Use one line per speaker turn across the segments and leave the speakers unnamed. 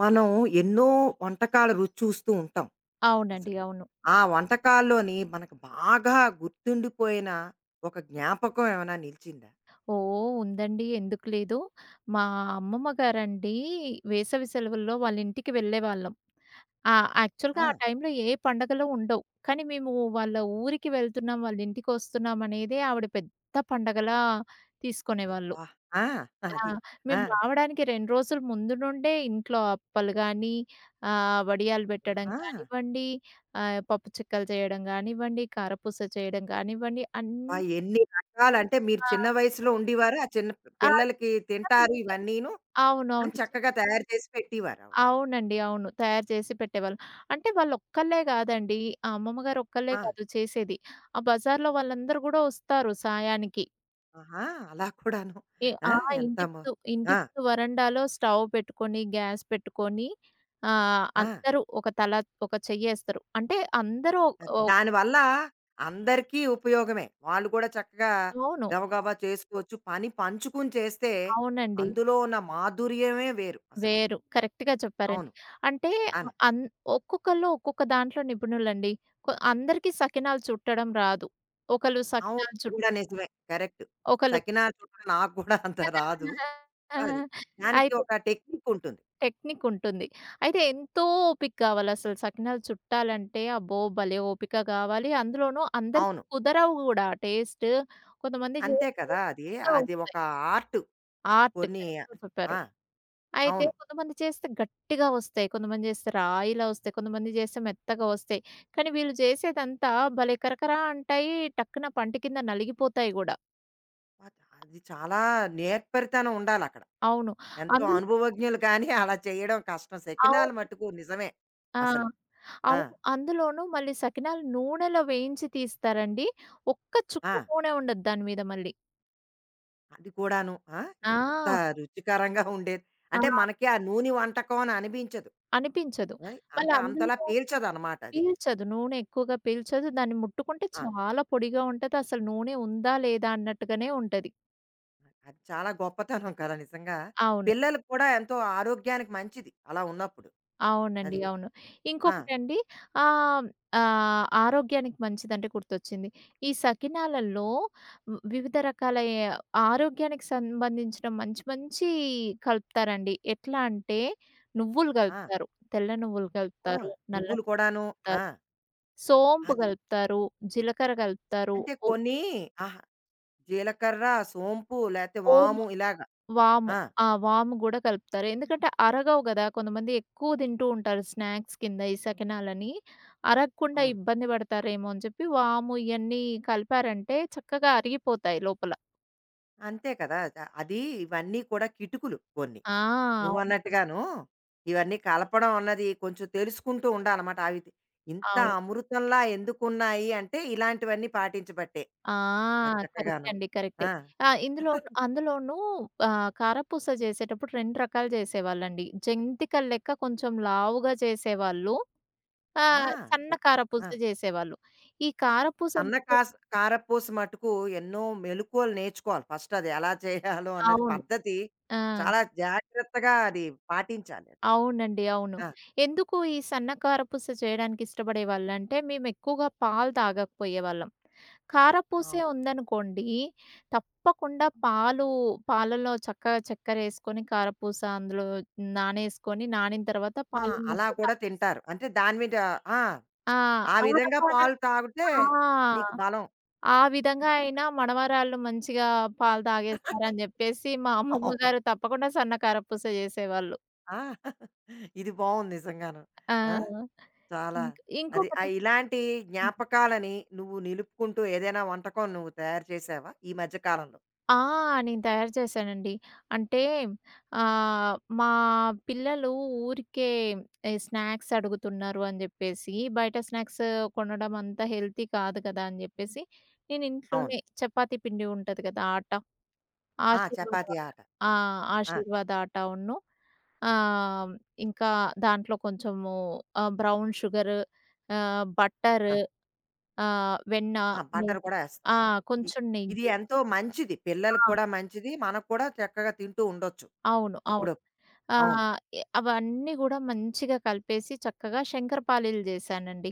మనం ఎన్నో వంటకాల రుచి చూస్తూ ఉంటాం
అవునండి.
అసలు.
అవును.
ఆ వంటకాల్లోని మనకు బాగా గుర్తుండిపోయిన ఒక జ్ఞాపకం ఏమైనా నిలిచిందా?
ఓహ్! ఉందండి. ఎందుకు లేదు. మా అమ్మమ్మ గారండి వేసవి సెలవుల్లో వాళ్ళ ఇంటికి వెళ్ళేవాళ్ళం.
ఆ!
యాక్చువల్‌గా ఆ టైంలో ఏ పండగలు ఉండవు. కానీ మేము వాళ్ళ ఊరికి వెళ్తున్నాం, వాళ్ళ ఇంటికొస్తున్నాం అనేదే ఆవిడ పెద్ద పండగలా తీసుకునేవాళ్ళు.
అబ్బా! ఆ!
ఆ!
అది. ఆ!
మేము రావడానికి 2 రోజుల ముందు నుండే ఇంట్లో అప్పలు గానీ, వడియాలు పెట్టడం
ఆ!
కానివ్వండి, పప్పు చిక్కలు చేయడం కానివ్వండి, కారపూస చేయడం కానివ్వండి అన్నీ
అబ్బా! ఎన్ని రకాలంటే మీరు చిన్న
ఆ!
వయసులో ఉండేవారు. ఆ చిన్న
ఆ!
పిల్లలకి
చిన్న
తింటారు
పిల్లలుగా
ఇవన్నీను అని
అవునవును. చి
చక్కగా తయారు చేసి పెట్టేవారావిడ.
అవునండి. అవును. తయారు చేసి పెట్టేవాళ్ళు. అంటే వాళ్ళొక్కళ్ళే గాదండి. ఆ అమ్మమ్మ గారొక్కళ్ళే
ఆ!
కాదు చేసేది. ఆ బజార్‌లో వాళ్ళందరూ గూడా ఒస్తారు సాయానికి.
ఆహా! అలా కూడాను.
ఎ
ఆ!
ఆ!
ఎంత
ఇంటి
మ
ముందు ఇంటి
ఆ!
ముందు వరండాలో స్టవ్ పెట్టుకొని, గ్యాస్ పెట్టుకొని
ఆ!
అందరూ ఒక తల ఒక చెయ్యేస్తారు. అంటే అందరూ
అది.
ఓ
దానివల్ల అందరికీ ఉపయోగమే. వాళ్ళు కూడా చక్కగా
అవును.
గబగబా చేసుకోవచ్చు. పని పంచుకుని చేస్తే
అవునండి.
అందులో ఉన్న మాధుర్యమే వేరు అసలు.
వేరు. కరెక్ట్‌గా చెప్పారండి.
అవును.
అంటే అ
అవును.
అన్ ఒక్కొక్కళ్ళు ఒక్కొక్క దాంట్లో నిపుణులండి. అందరికీ సకినాలు చుట్టడం రాదు. ఒకళ్ళు
అవును.
సకినాలు
ఇది కూడా నిజమే.
చుట్టేవాళ్ళు.
కరెక్ట్.
ఒకళ్ళు
సకినాలు చుట్టడం నాకు కూడా అంత రాదు. అది. దానికి
అయితే
ఒక టెక్నిక్ ఉంటుంది.
టెక్నిక్ ఉంటుంది. అయితే ఎంతో ఓపిక కావాలసలు సకినాలు చుట్టాలంటే అబ్బో! భలే ఓపిక కావాలి. అందులోనూ అందరికి
అవును.
కుదరవు గూడా టేస్ట్. కొంతమంది
అంతే
చేస్తే
కదా! అది.
గట్టిగా వ
అది ఒక ఆర్ట్.
ఆర్ట్
కొన్ని
కరెక్ట్‌గా చెప్పారు.
ఆ!
అయితే
అవును.
కొంతమంది చేస్తే గట్టిగా వస్తాయి. కొంతమంది చేస్తే రాయిలా వస్తాయి. కొంతమంది చేస్తే మెత్తగా వస్తాయి. కానీ వీళ్ళు చేసేదంతా భలే కరకరా అంటాయి. టక్కున పంటి కింద నలిగిపోతాయి గూడా.
అది చాలా నేర్పరితనం ఉండాలక్కడ.
అవును.
ఎంతో
అందులో
అనుభవజ్ఞులు కానీ అలా చేయడం కష్టం. సెకినాలు
అవును.
మట్టుకు నిజమే
ఆ!
అసలు. ఆ!
అవును. అందులోనూ మళ్ళీ సకినాలు నూనెలో వేయించి తీస్తారండి. ఒక్క చుక్క
ఆ!
నూనె ఉండదు దాని మీద మళ్ళీ.
అది కూడాను. ఆ! ఎంత
ఆ!
రుచికరంగా ఉండేది.
ఆ!
అంటే మనకి ఆ నూనె వంటకం అని అనిపించదు.
అనిపించదు.
అది
మళ్ళీ
అంటే అంతలా
అందులో
పీల్చదనమాట అది.
పీల్చదు. నూనె ఎక్కువగా పీల్చదు. దాన్ని ముట్టుకుంటే
అవును.
చాలా పొడిగా ఉంటది. అసలు నూనె ఉందా? లేదా? అన్నట్టుగానే ఉంటది.
అది చాలా గొప్పతనం కదా! నిజంగా.
అవును.
పిల్లలకి కూడా ఎంతో ఆరోగ్యానికి మంచిది అలా ఉన్నప్పుడు.
అవునండి.
అది.
అవును.
ఆ!
ఇంకొకటండి ఆహ్, ఆహ్, ఆరోగ్యానికి మంచిదంటే గుర్తొచ్చింది. ఈ సకినాలలో వ్ వివిధ రకాల ఎ ఆరోగ్యానికి సంబంధించిన మంచి మంచి కలుపుతారండి. ఎట్లా అంటే నువ్వులు
ఆ!
గలుపుతారు. తెల్ల నువ్వులు
ఓహ్!
గలుపుతారు. నల్ల
నువ్వులు కూడాను.
నువ్వులు,
ఆ!
సోంపు
అది.
గలుపుతారు. జీలకర్ర గలుపుతారు.
అంటే
ఓ
కొన్ని ఆహా! జీలకర్ర, సోంపు లేతే
ఓం
వాము ఇలాగ.
వాము.
ఆ!
ఆ! వాము గూడా కలుపుతారు. ఎందుకంటే అరగవు గదా! కొంతమంది ఎక్కువ తింటూ ఉంటారు స్నాక్స్ కింద ఈ సకినాలని. అరగకుండా
అవును.
ఇబ్బంది పడతారేమో అని చెప్పి వాము ఇయన్నీ కలిపారంటే చక్కగా అరిగిపోతాయి లోపల.
అంతే కదా! ద అది ఇవన్నీ కూడా కిటుకులు కొన్ని.
ఆ! అవును.
నువ్వన్నట్టుగాను ఇవన్నీ కలపడం అన్నది కొంచెం తెలుసుకుంటూ ఉండాలన్నమాట. అవి తి- ఇంత
అవును.
అమృతంలా ఎందుకున్నాయి అంటే ఇలాంటివన్నీ పాటించబట్టే.
ఆ!
అది
కరెక్ట్
చక్కగాను.
అండి. కరెక్టే.
ఆ!
ఆ! ఇందులో అందులోనూ ఆహ్, కారపూస చేసేటప్పుడు 2 రకాలు చేసేవాళ్ళండి. జంతికల లెక్క కొంచెం లావుగా చేసేవాళ్ళు.
ఆ!
సన్న
చక్క-
కారపూస
ఆ!
చేసేవాళ్ళు. ఈ కారపూస
సన్న
ముఖ్యం
కాస్ కారపూస మటుకు ఎన్నో మెళకువలు నేర్చుకోవాలి. ఫస్ట్ అది ఎలా చేయాలో అన్నది
అవును.
పద్ధతి
ఆ!
చాలా జాగ్రత్తగా అది పాటించాలి అది.
అవునండి. అవును.
ఆ!
ఎందుకు ఈ సన్న కారపూస చేయడానికి ఇష్టపడేవాళ్ళంటే, మేమెక్కువగా పాలు తాగకపోయేవాళ్ళం. కారపూసే
అవును.
ఉందనుకోండి, తప్పకుండా పాలు పాలలో చక్కగా చక్కెరేసుకొని, కారపూస అందులో నానేసుకొని, నానిన తర్వాత
ఆ!
పాలను
అలా
మొత్తం
కూడా
తాగేస్తాం.
తింటారు. అంటే దాని మీద ఆ!
ఆ!
ఆ విధంగా
ఆనపాన
పాలు తాగితే
ఆ!
నీకు బలం.
ఆ విధంగా అయినా మనవరాళ్ళు మంచిగా పాలు తాగేస్తారని జెప్పేసి, మా అమ్మమ్మ
అవును.
గారు తప్పకుండా సన్న కారపూస జేసేవాళ్ళు.
ఆ! ఇది బావుంది నిజంగాను.
ఆ!
ఆ! చాలా
ఇంక్
అది
ఇంకొకటి
ఇలాంటి జ్ఞాపకాలని నువ్వు నిలుపుకుంటూ ఏదైనా వంటకం నువ్వు తయారు చేసావా ఈ మధ్య కాలంలో?
ఆ! నేను తయారు చేశానండి. అంటే మా పిల్లలు ఊరికే ఈ స్నాక్స్ అడుగుతున్నారు అని జెప్పేసి, బయట స్నాక్స్ కొనడం అంత హెల్తీ కాదు కదా! అని జెప్పేసి, నేను
అవును.
ఇంట్లోనే చపాతీ పిండి ఉంటది కదా! ఆట.
ఆ!
ఆశీర్వాద
చపాతీ
ఆట.
ఆట.
ఆ!
ఆ!
ఆశీర్వాద ఆటాను ఆహ్, ఇంకా దాంట్లో కొంచెము బ్రౌన్ షుగర్, బట్టర్,
ఆ!
వెన్న,
ఆ! బటర్
నెయ్యి
కూడా ఏస్తాం.
ఆ!
ఇది
కొంచెం
ఇది
నెయ్యి.
ఎంతో మంచిది. పిల్లలకి
ఆ!
కూడా మంచిది. మనకు కూడా చక్కగా తింటూ ఉండొచ్చు.
అవును. అవును.
అప్పుడప్పుడు.
ఆ!
అవును.
ఎ అవన్నీ గూడా మంచిగా కలిపేసి చక్కగా శంకరపాళీలు జేశానండి.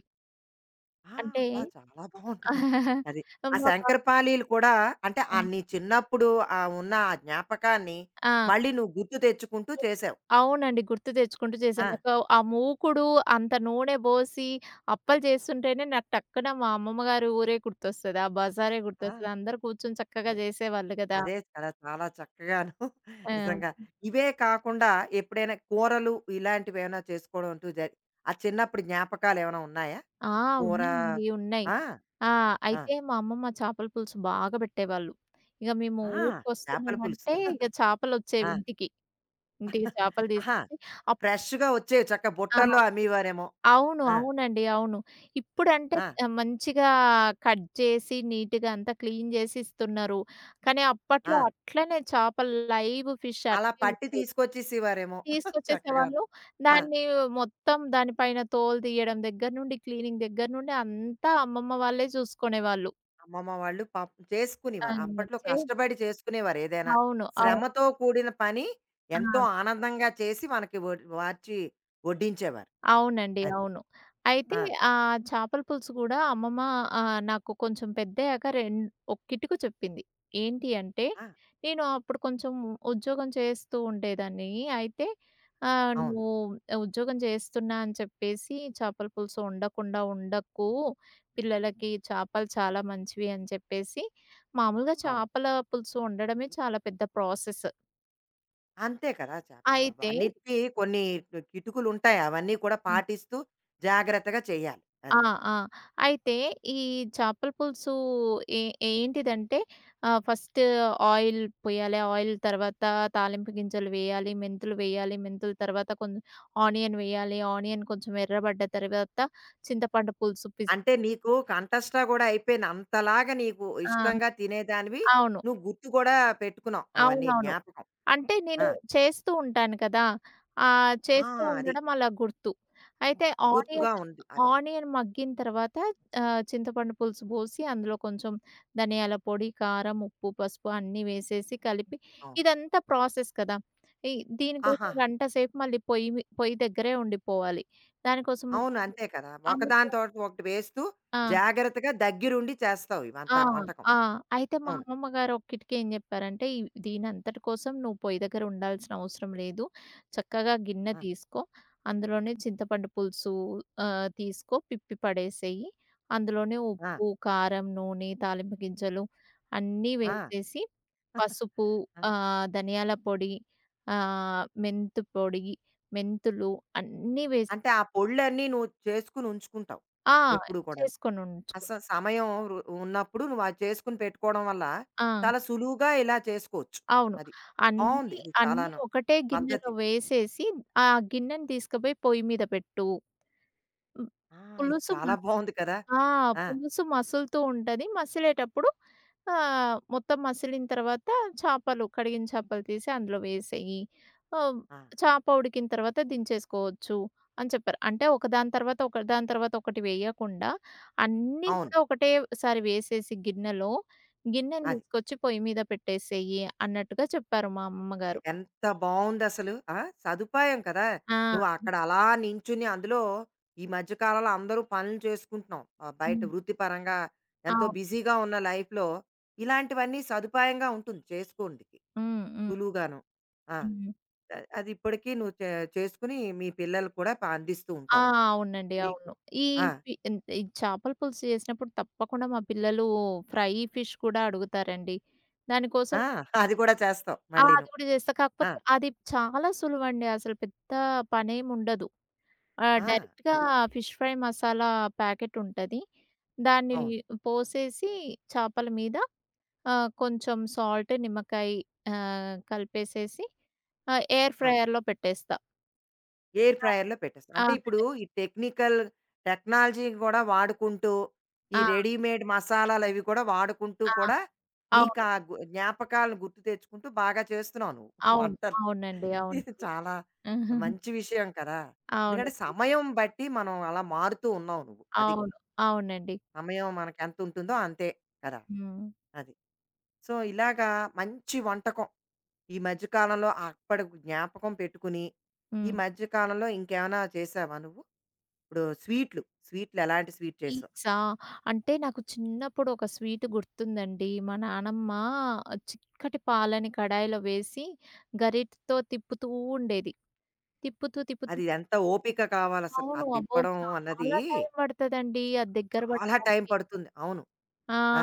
ఆ!
అంటే
అబ్బా! చాలా బావుంటుంది. అది. ఆ
మా పాప
శంకరపాళీలు కూడా అంటే ఆ నీ చిన్నప్పుడు ఉన్న ఆ జ్ఞాపకాన్ని
ఆ!
మళ్ళీ నువ్వు గుర్తు తెచ్చుకుంటూ
గుర్తు
చేసావు.
అవునండి. గుర్తు తెచ్చుకుంటూ
ఆ!
చేశాను. ఒక ఆ మూకుడు అంత నూనె బోసి అప్పలు చేస్తుంటేనే నాకు టక్కున మా అమ్మమ్మ గారి ఊరే గుర్తొస్తది. ఆ బజారే
ఆ!
గుర్తొస్తది. అందరూ కూర్చొని
అ
చక్కగా జేసేవాళ్ళు గదా!
అదే కదా! చాలా చక్కగాను
ఆ!
నిజంగా. ఇవే కాకుండా ఎప్పుడైనా కూరలు ఇలాంటివేమైనా చేసుకోవడం అంటూ జరి ఆ చిన్నప్పుడు జ్ఞాపకాలేమైనా ఉన్నాయా?
ఆ!
కూర
ఉన్నాయండి. ఉన్నాయి.
ఆ!
ఆ!
ఆ!
అయితే మా అమ్మమ్మ చేపల పులుసు బాగా బెట్టేవాళ్ళు. ఇక మేము
ఆ! చేపల పులుసు.
ఊరికొస్తున్నామంటే ఇక
ఆ!
చేపలొచ్చేవి ఇంటికి. ఇంటికి చేపలు
ఆహా!
తీసుకొచ్చి అప్
ఫ్రెష్‌గా వచ్చేవి చక్క
ఆ!
బుట్టల్లో అమ్మేవారేమో.
అవును.
ఆ!
అవునండి. అవును. ఇప్పుడంటే
ఆ!
మంచిగా కట్ చేసి నీట్‌గా అంతా క్లీన్ చేసి ఇస్తున్నారు. కానీ అప్పట్లో
ఆ!
అట్లనే చేపలు లైవ్ ఫిష్
అలా
అట్లే
పట్టి
వచ్చేవి.
తీసుకొచ్చేసేవారేమో చక్కగా.
తీసుకొచ్చేసేవాళ్ళు.
ఆ!
దాన్ని మొత్తం దానిపైన తోలు తీయడం దగ్గర నుండి, క్లీనింగ్ దగ్గర నుండి అంతా అమ్మమ్మ వాళ్ళే చూసుకునేవాళ్ళు.
అమ్మమ్మ వాళ్ళు పాపం
ఆ!
చేసుకునేవారు. అప్పట్లో
చే
కష్టపడి చేసుకునేవారు ఏదైనా.
అవును.
శ్రమతో కూడిన పని
ఆ!
ఎంతో ఆనందంగా చేసి మనకి వడ్ వార్చి వడ్డించేవారు.
అవునండి.
అది.
అవును. అయితే
ఆ!
ఆ చేపల పులుసు గూడా అమ్మమ్మ నాకు కొంచెం పెద్దయ్యాక రెం ఒక కిటుకు చెప్పింది. ఏంటి అంటే,
ఆ!
నేను అప్పుడు కొంచెం ఉద్యోగం చేస్తూ ఉండేదాన్ని. అయితే
అవును.
"నువ్వు ఉద్యోగం చేస్తున్నా అని చెప్పేసి చేపల పులుసు వండకుండా ఉండకు. పిల్లలకి చేపలు చాలా మంచివి" అని చెప్పేసి మామూలుగా
అవును.
చేపల పులుసు వండడమే చాలా పెద్ద ప్రాసెస్.
అంతే కదా! చ
అయితే
అన్నిటికి కొన్ని కిటుకులుంటాయి. అవన్నీ కూడా పాటిస్తూ జాగ్రత్తగా చేయాలి.
ఆ!
అది.
ఆ! అయితే ఈ చేపల పులుసు ఏ ఏంటిదంటే ఫస్ట్ ఆయిల్ పొయ్యాలి. ఆయిల్ తర్వాత తాలింపు గింజలు వేయాలి. మెంతులు వేయాలి. మెంతుల తర్వాత కొంచెం ఆనియన్ వేయాలి. ఆనియన్ కొంచెం ఎర్రబడ్డ తర్వాత చింతపండు పులుసు పిస్
అంటే నీకు కంఠస్ట గూడా అయిపోయిన అంతలాగా నీకు
ఆ!
ఇష్టంగా తినేదానివి.
అవును.
నువ్వు గుర్తు కూడా పెట్టుకున్నావు అవన్నీ
అవునవును.
జ్ఞాపకం.
అంటే
ఆ!
నేను చేస్తూ ఉంటాను కదా!
ఆ!
చేస్తూ
అది.
ఉండడం అలా గుర్తు. అయితే ఆనియన్,
గుర్తుగా ఉంది. అది.
ఆనియన్ మగ్గిన తర్వాత చింతపండు పులుసు పోసి అందులో కొంచెం ధనియాల పొడి, కారం, ఉప్పు, పసుపు అన్నీ వేసేసి కలిపి
అవును.
ఇదంతా ప్రాసెస్ కదా! ఈ దీనికోసం
ఆహాహా!
గంట సేపు మళ్ళీ పొయ్యి దగ్గరే ఉండిపోవాలి. దానికోసం
అవును. అంతే కదా!
అమ్మ
ఒకదాని తోటి ఒకటి వేస్తూ
ఆ!
జాగ్రత్తగా దగ్గరుండి చేస్తావు ఈ వంట
ఆ!
వంటకం.
ఆ! అయితే మా
అవును.
అమ్మమ్మ గారు ఒక్కిటికి ఏం జెప్పారంటే, " దీనంతటి కోసం నువ్వు పొయ్యి దగ్గర ఉండాల్సిన అవసరం లేదు. చక్కగా గిన్నె
ఆ!
తీసుకో, అందులోనే చింతపండు పులుసు తీసుకో పిప్పి పడేసేయి. అందులోనే
ఆ!
ఉప్పు, కారం, నూనె, తాలింపు గింజలు అన్నీ
ఆ!
వేసేసి, పసుపు,
ఆ!
ధనియాల పొడి, మెంతు పొడి, మెంతులు అన్నీ వేసి.
అంటే ఆ పొళ్ళన్నీ నువ్వు చేసుకొని ఉంచుకుంటావు.
ఆ!
ఎప్పుడు కూడాను.
చేసుకొనుంచుకున్నా.
అసలు సమయం రు ఉన్నప్పుడు నువ్వు అది చేసుకొని పెట్టుకోవడం వల్ల
ఆ!
చాలా సులువుగా ఇలా చేసుకోవచ్చు.
అవును.
అది. బావుంది.
అన్నీ,
ఇది
అన్నీ
చాలాను
ఒకటే
పద్ధతి.
గిన్నెలో వేసేసి, ఆ గిన్నెని తీసుకుపోయి పొయ్యి మీద పెట్టు. హ్మ్.
ఆ! ఇది
పులుసు
చాలా
మస్
బావుంది కదా!
ఆ!
ఆ!
పులుసు మసులుతూ ఉంటది. మొత్తం మసిలిన తర్వాత చేపలు, కడిగిన చేపలు తీసి అందులో వేసేయి. ఆహ్,
ఆ!
చేప ఉడికిన తర్వాత దించేసుకోవచ్చు అని చెప్పారు. అంటే ఒకదాని తర్వాత ఒక దాని తర్వాత ఒకటి వేయకుండా అన్నీ
అవును.
కూడా ఒకటేసారి వేసేసి గిన్నెలో, గిన్నెని
అది.
తీసుకొచ్చి పొయ్యి మీద పెట్టేసేయి అన్నట్టుగా చెప్పారు మా అమ్మమ్మ గారు.
ఎంత బావుందసలు. ఆ! సదుపాయం కదా!
ఆ!
నువ్వు అక్కడ అలా నించుని అందులో ఈ మధ్య కాలంలో అందరూ పనులు చేసుకుంటున్నాం. బయట
హ్మ్.
వృత్తిపరంగా ఎంతో
అవును.
బిజీగా ఉన్న లైఫ్‌లో ఇలాంటివన్నీ సదుపాయంగా ఉంటుంది చేసుకోందుకి
హ్మ్. హ్మ్.
సులువుగాను. ఆ!
హ్మ్.
అ అది ఇప్పటికి నువ్వు చే చేసుకుని మీ పిల్లలకి కూడా ప అందిస్తూ
ఆ!
ఉంటావు.
అవునండి.
నీకు
అవును. ఈ
ఆ!
పి ఎన్ ఈ చేపల పులుసు చేసినప్పుడు తప్పకుండా మా పిల్లలు ఫ్రై ఫిష్ కూడా అడుగుతారండి. దానికోసం
ఆ! అది కూడా చేస్తావు
ఆ!
మళ్ళీను.
అది కూడా చేస్తా.
ఆ!
కాకపోతే అది చాలా సులువండి. అసలు పెద్ద పనేమి ఉండదు.
ఆ!
డైరెక్ట్‌గా
అది.
ఫిష్ ఫ్రై మసాలా ప్యాకెట్ ఉంటది. దాన్ని
అవును.
పోసేసి చేపల మీద కొంచెం సాల్ట్, నిమ్మకాయ కలిపేసేసి ఎయిర్
ఆ!
ఫ్రైయర్‌లో పెట్టేస్తా.
ఎయిర్
ఆ!
ఫ్రైయర్‌లో పెట్టేస్తాం.
ఆ!
అంటే ఇప్పుడు
పెట్టేస్తా.
ఈ టెక్నికల్ టెక్నాలజీ కూడా వాడుకుంటూ, ఈ
ఆ!
రెడీమేడ్ మసాలాలవి కూడా వాడుకుంటూ
ఆ!
కూడా
అవును.
నీకా గు జ్ఞాపకాలను గుర్తు తెచ్చుకుంటూ బాగా చేస్తున్నావు నువ్వు
అవును.
వంటలు.
అవునండి. అవును.
ఇది చాలా
ఆహా!
మంచి విషయం కదా! ఎందుకంటే
అవునండి.
సమయం బట్టి మనం అలా మారుతూ ఉన్నావు నువ్వు. అది.
అవును. అవునండి.
సమయం మనకెంతుంటుందో అంతే కదా!
హ్మ్.
అది. సో, ఇలాగా మంచి వంటకం ఈ మధ్య కాలంలో అప్పటి జ్ఞాపకం పెట్టుకుని, ఈ
హ్మ్.
మధ్య కాలంలో ఇంకేమైనా చేశావా నువ్వు? ఇప్పుడు స్వీట్లు, స్వీట్లు ఎలాంటి స్వీట్ చేసావు?
స్వీట్సా? అంటే నాకు చిన్నప్పుడు ఒక స్వీట్ గుర్తుందండి. మా నానమ్మ చిక్కటి పాలని కడాయిలో వేసి గరిటతో తిప్పుతూ ఉండేది. తిప్పుతూ,
అది ఎంత ఓపిక కావాలసలు. ఆ
అవును. అబ్బో!
తిప్పడం అన్నది
చాలా టైం పడతదండి. అది దగ్గర
చాలా టైం
పడడానికి.
పడుతుంది. అవును.
ఆ!
ఆ!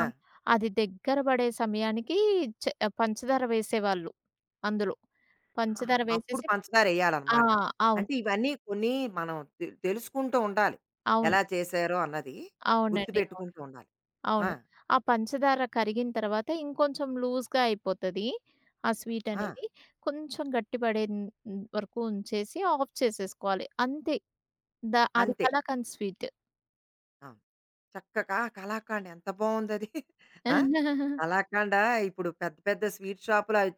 అది దగ్గర పడే సమయానికి చ పంచదార వేసేవాళ్ళు అందులో.
ఆహా!
పంచదార
అప్పుడు
వేసేసి ఆ!
పంచదారేయాలనమాట.
అవును.
అంటే ఇవన్నీ కొన్ని మనం తె తెలుసుకుంటూ ఉండాలి.
అవును.
ఎలా చేశారో అన్నది
అవునండి. అవును.
గుర్తుపెట్టుకుంటూ ఉండాలి. ఆ!
అవును. ఆ పంచదార కరిగిన తర్వాత ఇంకొంచెం లూజ్‌గా అయిపోతది. ఆ స్వీట్
ఆ!
అనేది. కొంచెం గట్టి పడే హ్మ్, హ్మ్, వరకు ఉంచేసి ఆఫ్ చేసేసుకోవాలి. అంతే. ద అది
అంతే.
కలాకండ్ స్వీట్.
అవును. చక్కగా కలాకండ్ ఎంత బావుందది. ఆ! కలాకండ ఇప్పుడు పెద్ద పెద్ద స్వీట్ షాపులు అవి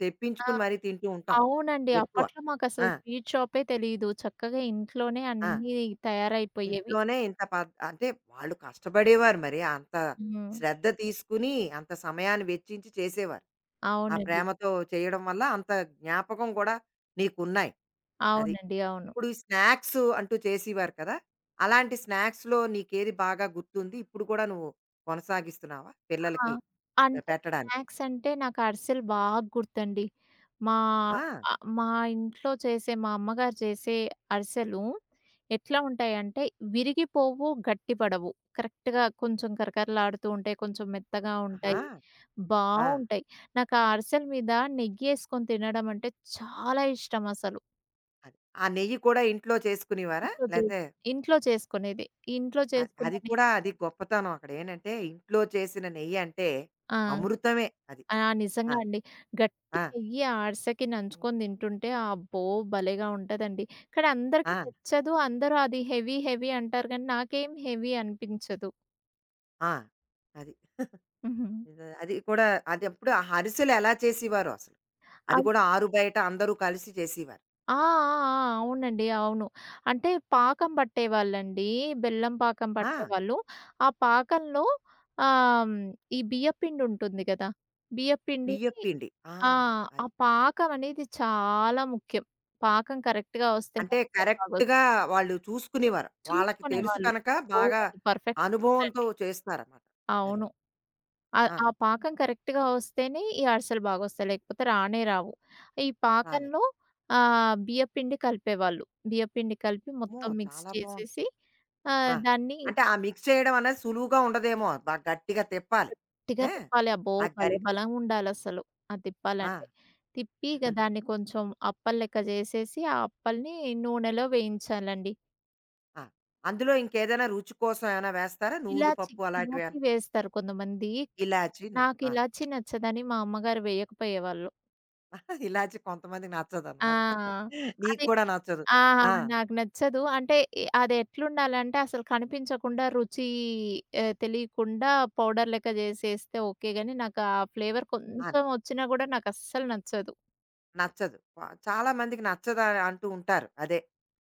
ఆ!
తెప్పించుకుని మరీ తింటూ ఉంటాం
అవునండి.
ఎక్కువ.
అప్పట్లో
ఆ!
మాకసలు స్వీట్ షాపే తెలీదు. చక్కగా ఇంట్లోనే
ఆ!
అన్నీ తయారైపోయేవి.
ఇంట్లోనే ఇంత పద్ అంటే వాళ్ళు కష్టపడేవారు మరి. అంత
హ్మ్.
శ్రద్ధ తీసుకుని, అంత సమయాన్ని వెచ్చించి చేసేవారు. ఆ
అవునండి.
ప్రేమతో చేయడం వల్ల అంత జ్ఞాపకం కూడా నీకున్నాయి. అది.
అవునండి. అవును.
ఇప్పుడు ఈ స్నాక్స్ అంటూ చేసేవారు కదా! అలాంటి స్నాక్స్‌లో నీకేది బాగా గుర్తుంది? ఇప్పుడు కూడా నువ్వు కొనసాగిస్తున్నావా?
ఆ!
పిల్లలకి
అంటే
పెట్టడానికి?
స్నాక్స్ అంటే నాకు అరిసెలు బాగా గుర్తండి. మా
ఆ!
మా ఇంట్లో చేసే మా అమ్మగారు చేసే అరిసెలు ఎట్లా ఉంటాయంటే విరిగిపోవు, గట్టిపడవు. కరెక్ట్‌గా కొంచెం కరకరలాడుతూ ఉంటాయి. కొంచెం మెత్తగా
ఆహా!
ఉంటాయి.
ఆ!
బావుంటాయి. నాకు ఆ అరిసెల మీద నెయ్యేసుకొని తినడం అంటే చాలా ఇష్టం అసలు.
అది. ఆ నెయ్యి కూడా ఇంట్లో చేసుకునేవారా?
ఇంట్లో చేసి
లేతే
ఇంట్లో చేసుకునేది. ఇంట్లో
అది
చేసుకున్న
అది
నెయ్యి
కూడా అది గొప్పతనం అక్కడేంటంటే, ఇంట్లో చేసిన నెయ్యంటే
ఆ!
అమృతమే అది.
ఆ!
ఆ!
నిజంగా అండి. గట్టి
ఆ!
నెయ్యి అరిసెకి నంచుకొని తింటుంటే అబ్బో! భలేగా ఉంటదండి. కానీ
ఆ!
అందరికీ నచ్చదు. అందరూ అది హెవీ హెవీ అంటారు కానీ నాకేం హెవీ అనిపించదు.
ఆ! అది.
హుహు.
ఇదా అది కూడా అదెప్పుడు ఆ హరిసెలు ఎలా చేసేవారో అసలు? అది కూడా
అరిసె
ఆరు బయట అందరూ కలిసి చేసేవారు.
ఆ! ఆ! ఆ! అవునండి. అవును. అంటే పాకం పట్టేవాళ్ళండి. బెల్లం పాకం
ఆ!
పట్టేవాళ్ళు. ఆ పాకంలో ఆహ్, హ్మ్, ఈ బియ్యపిండి ఉంటుంది కదా! బియ్యపిండిని
బియ్యపు పిండి. ఆ!
ఆ! ఆ
అది.
పాకం అనేది చాలా ముఖ్యం. పాకం కరెక్ట్‌గా వస్తేనే
అంటే
అరిసె బాగొస్
కరెక్ట్‌గా వాళ్ళు చూసుకునేవారు. వాళ్ళకి తెలుసు
చూసుకునేవాళ్ళు.
కనక
అబ్బో!
బాగా
వాళ్ళు పర్ఫెక్షనిస్ట్
అనుభవంతో
అండి.
చేస్తారన్నమాట. అది.
అవును.
ఆ!
ఆ పాకం కరెక్ట్‌గా వస్తేనే ఈ అరిసెలు బాగొస్తాయి. లేకపోతే రానే రావు. ఈ
రానివ్వరు.
పాకంలో బియ్యపిండి కలిపేవాళ్ళు. బియ్యపిండి కలిపి
అమ్మో!
మొత్తం మిక్స్
చాలా బావుంది.
చేసేసి
ఆ!
ఆహ్, దాన్ని
అంటే ఆ మిక్స్ చేయడం అనేది సులువుగా ఉండదేమో. బాగా గట్టిగా తిప్పాలి.
గట్టిగా
ఆ!
తిప్పాలి. అబ్బో!
ఆ
భలే
గరిట
బలం ఉండాలసలు అది
ఆ!
తిప్పాలంటే. తిప్పి ఇగ దాన్ని కొంచెం అప్పలు లెక్క చేసేసి, ఆ అప్పల్ని నూనెలో వేయించాలండి.
ఆ! అందులో ఇంకేదైనా రుచి కోసం ఏమైనా వేస్తారా? నువ్వుల
ఇలాచి
పప్పు
ఇలాచి
అలాంటివేమైనా?
వేస్తారు కొంతమంది.
ఇలాచీ ను
నాకు
ఆ!
ఇలాచీ నచ్చదని మా అమ్మగారు వేయకపోయేవాళ్ళు.
ఇలాచీ కొంతమందికి నచ్చదనమాట.
ఆ!
నీకు
అది
కూడా నచ్చదు.
ఆ!
ఆ!
నాకు నచ్చదు. అంటే అది ఎట్లుండాలంటే అసలు కనిపించకుండా రుచి తెలియకుండా పౌడర్ లెక్క చేసేస్తే ఓకే గాని నాకు ఆ ఫ్లేవర్
ఆ!
కొంచెం వచ్చినా కూడా నాకు అస్సలు నచ్చదు.
నచ్చదు. వ చాలా మందికి నచ్చదని అంటూ ఉంటారు. అదే.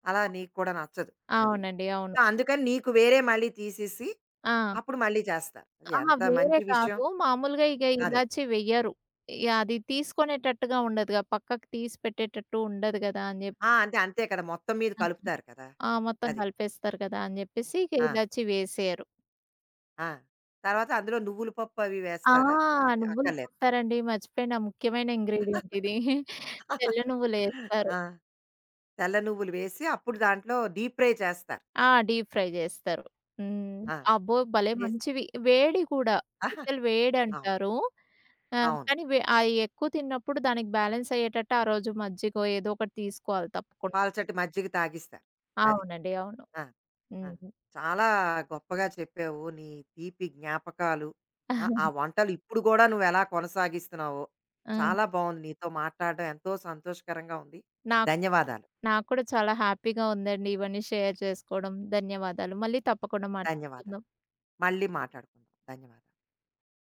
అలా నీకు కూడా నచ్చదు. అది.
అవునండి. అవును.
సో, అందుకని నీకు వేరే మళ్ళీ తీసేసి
ఆ!
అప్పుడు మళ్ళీ చేస్తారు. అది
అహా!
ఎంత
వేరే
మంచి విషయం.
కాదు. మామూలుగా ఇగ
అదే.
ఇలాచీ వెయ్యరు. ఇగ అది తీసుకునేటట్టుగా ఉండదుగా. పక్కకు తీసి పెట్టేటట్టు ఉండదు కదా! అని చెప్పి
ఆ! అంతే. అంతే కదా! మొత్తం మీద కలుపుతారు కదా!
మొత్తం
అది.
కలిపేస్తారు కదా! అని చెప్పేసి ఇక
ఆ!
ఇలాచీ వేసేయరు.
ఆ! తర్వాత అందులో నువ్వుల పప్పు అవి
ఆ!
వేస్తారా? అది అక్కర్లేదు.
నువ్వులేస్తారండి. మర్చిపోయిన ముఖ్యమైన ఇంగ్రీడియెంట్ ఇది. తెల్ల నువ్వులేస్తారు.
ఆ! తెల్ల నువ్వులు వేసి అప్పుడు దాంట్లో డీప్ ఫ్రై చేస్తారు.
ఆ! డీప్ ఫ్రై జేస్తారు. హ్మ్.
ఆ!
అబ్బో! భలే
చేసి
మంచివి. వేడి కూడా.
ఆహా!
అసలు
అవును.
వేడంటారు.
అవును.
కానీ వే అయి ఎక్కువ తిన్నప్పుడు దానికి బ్యాలెన్స్ అయ్యేటట్టు ఆ రోజు మజ్జిగో ఏదో ఒకటి తీసుకోవాలి తప్పకుండా.
పాలచట్టి మజ్జిగ తాగిస్తారు. అది.
అవునండి. అవును.
ఆ! ఆ!
హ్మ్.
చాలా గొప్పగా చెప్పావు. నీ తీపి జ్ఞాపకాలు. ఆ! ఆ వంటలు ఇప్పుడు గూడా నువ్వెలా కొనసాగిస్తున్నావో,
ఆ!
చాలా బావుంది. నీతో మాట్లాడడం ఎంతో సంతోషకరంగా ఉంది.
నాకు
ధన్యవాదాలు.
నాకు కూడా చాలా హ్యాపీగా ఉందండి ఇవన్నీ షేర్ చేసుకోవడం. ధన్యవాదాలు. మళ్ళీ తప్పకుండా
ధన్యవాదాలు.
మాట్లాడుకుందాం.
మళ్ళీ మాట్లాడుకుందాం. ధన్యవాదాలు.